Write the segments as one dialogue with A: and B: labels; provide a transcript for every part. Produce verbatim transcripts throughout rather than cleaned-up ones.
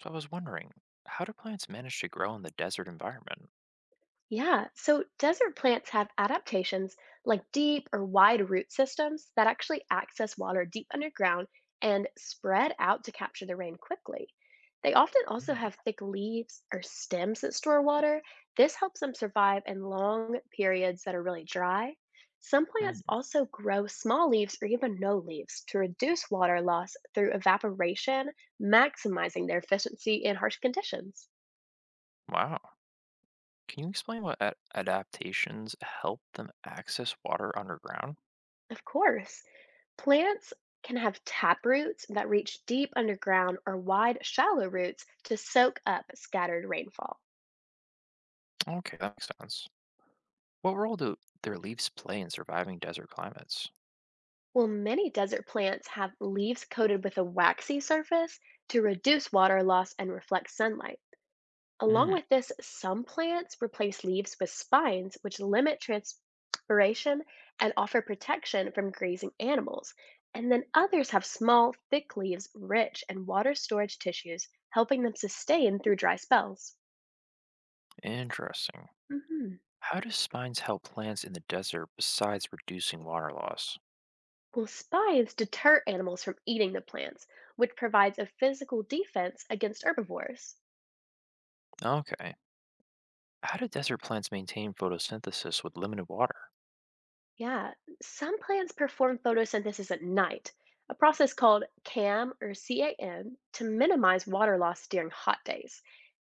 A: So I was wondering, how do plants manage to grow in the desert environment?
B: Yeah, so desert plants have adaptations like deep or wide root systems that actually access water deep underground and spread out to capture the rain quickly. They often
A: Yeah.
B: also have thick leaves or stems that store water. This helps them survive in long periods that are really dry. Some plants
A: Mm.
B: also grow small leaves or even no leaves to reduce water loss through evaporation, maximizing their efficiency in harsh conditions.
A: Wow. Can you explain what ad- adaptations help them access water underground?
B: Of course, plants can have tap roots that reach deep underground or wide, shallow roots to soak up scattered rainfall.
A: Okay, that makes sense. What role do their leaves play in surviving desert climates?
B: While many desert plants have leaves coated with a waxy surface to reduce water loss and reflect sunlight. Along
A: Hmm,
B: with this, some plants replace leaves with spines, which limit transpiration and offer protection from grazing animals. And then others have small, thick leaves rich in water storage tissues, helping them sustain through dry spells.
A: interesting.
B: Hmm.
A: How do spines help plants in the desert besides reducing water loss?
B: Well, spines deter animals from eating the plants, which provides a physical defense against herbivores.
A: Okay. How do desert plants maintain photosynthesis with limited water?
B: Yeah, some plants perform photosynthesis at night, a process called C A M or C A M to minimize water loss during hot days.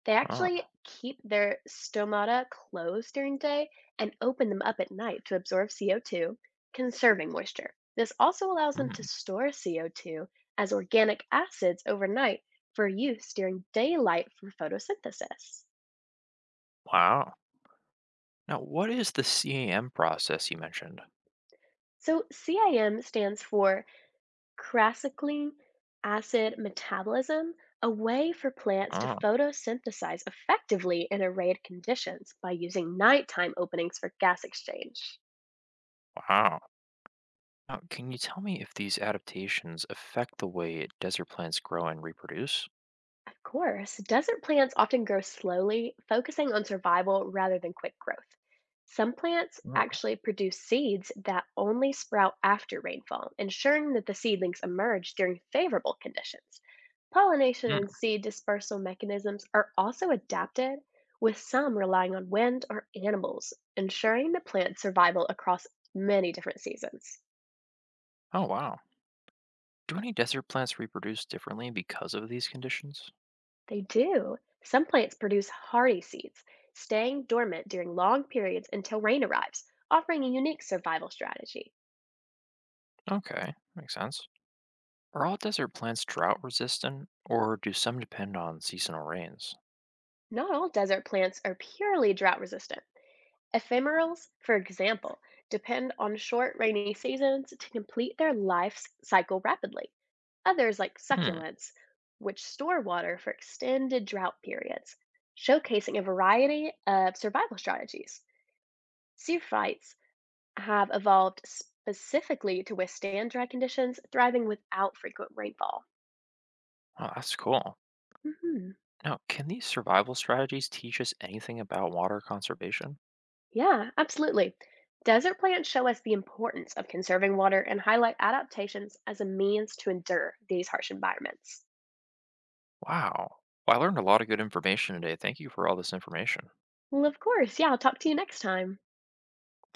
B: They
A: Oh.
B: actually keep their stomata closed during day and open them up at night to absorb C O two, conserving moisture. This also allows them to
A: Mm.
B: store C O two as organic acids overnight for use during daylight for photosynthesis.
A: Wow. Now, what is the CAM process you mentioned?
B: So C I M stands for Crassicling acid metabolism, a way for plants to
A: Oh.
B: photosynthesize effectively in arrayed conditions by using nighttime openings for gas exchange.
A: Wow. Now, can you tell me if these adaptations affect the way desert plants grow and reproduce?
B: Of course, desert plants often grow slowly, focusing on survival rather than quick growth. Some plants
A: Oh.
B: actually produce seeds that only sprout after rainfall, ensuring that the seedlings emerge during favorable conditions. Pollination
A: Hmm.
B: and seed dispersal mechanisms are also adapted, with some relying on wind or animals, ensuring the plant's survival across many different seasons.
A: Oh, wow. Do any desert plants reproduce differently because of these conditions?
B: They do. Some plants produce hardy seeds, staying dormant during long periods until rain arrives, offering a unique survival strategy.
A: Okay, makes sense. Are all desert plants drought resistant, or do some depend on seasonal rains?
B: Not all desert plants are purely drought resistant. Ephemerals, for example, depend on short rainy seasons to complete their life cycle rapidly. Others, like
A: Hmm.
B: succulents, which store water for extended drought periods, showcasing a variety of survival strategies. Zoophytes have evolved specifically to withstand dry conditions, thriving without frequent rainfall.
A: Oh, that's cool.
B: Mhm.
A: Now, can these survival strategies teach us anything about water conservation?
B: Yeah, absolutely. Desert plants show us the importance of conserving water and highlight adaptations as a means to endure these harsh environments.
A: Wow. Well, I learned a lot of good information today. Thank you for all this information.
B: Well, of course. Yeah, I'll talk to you next time.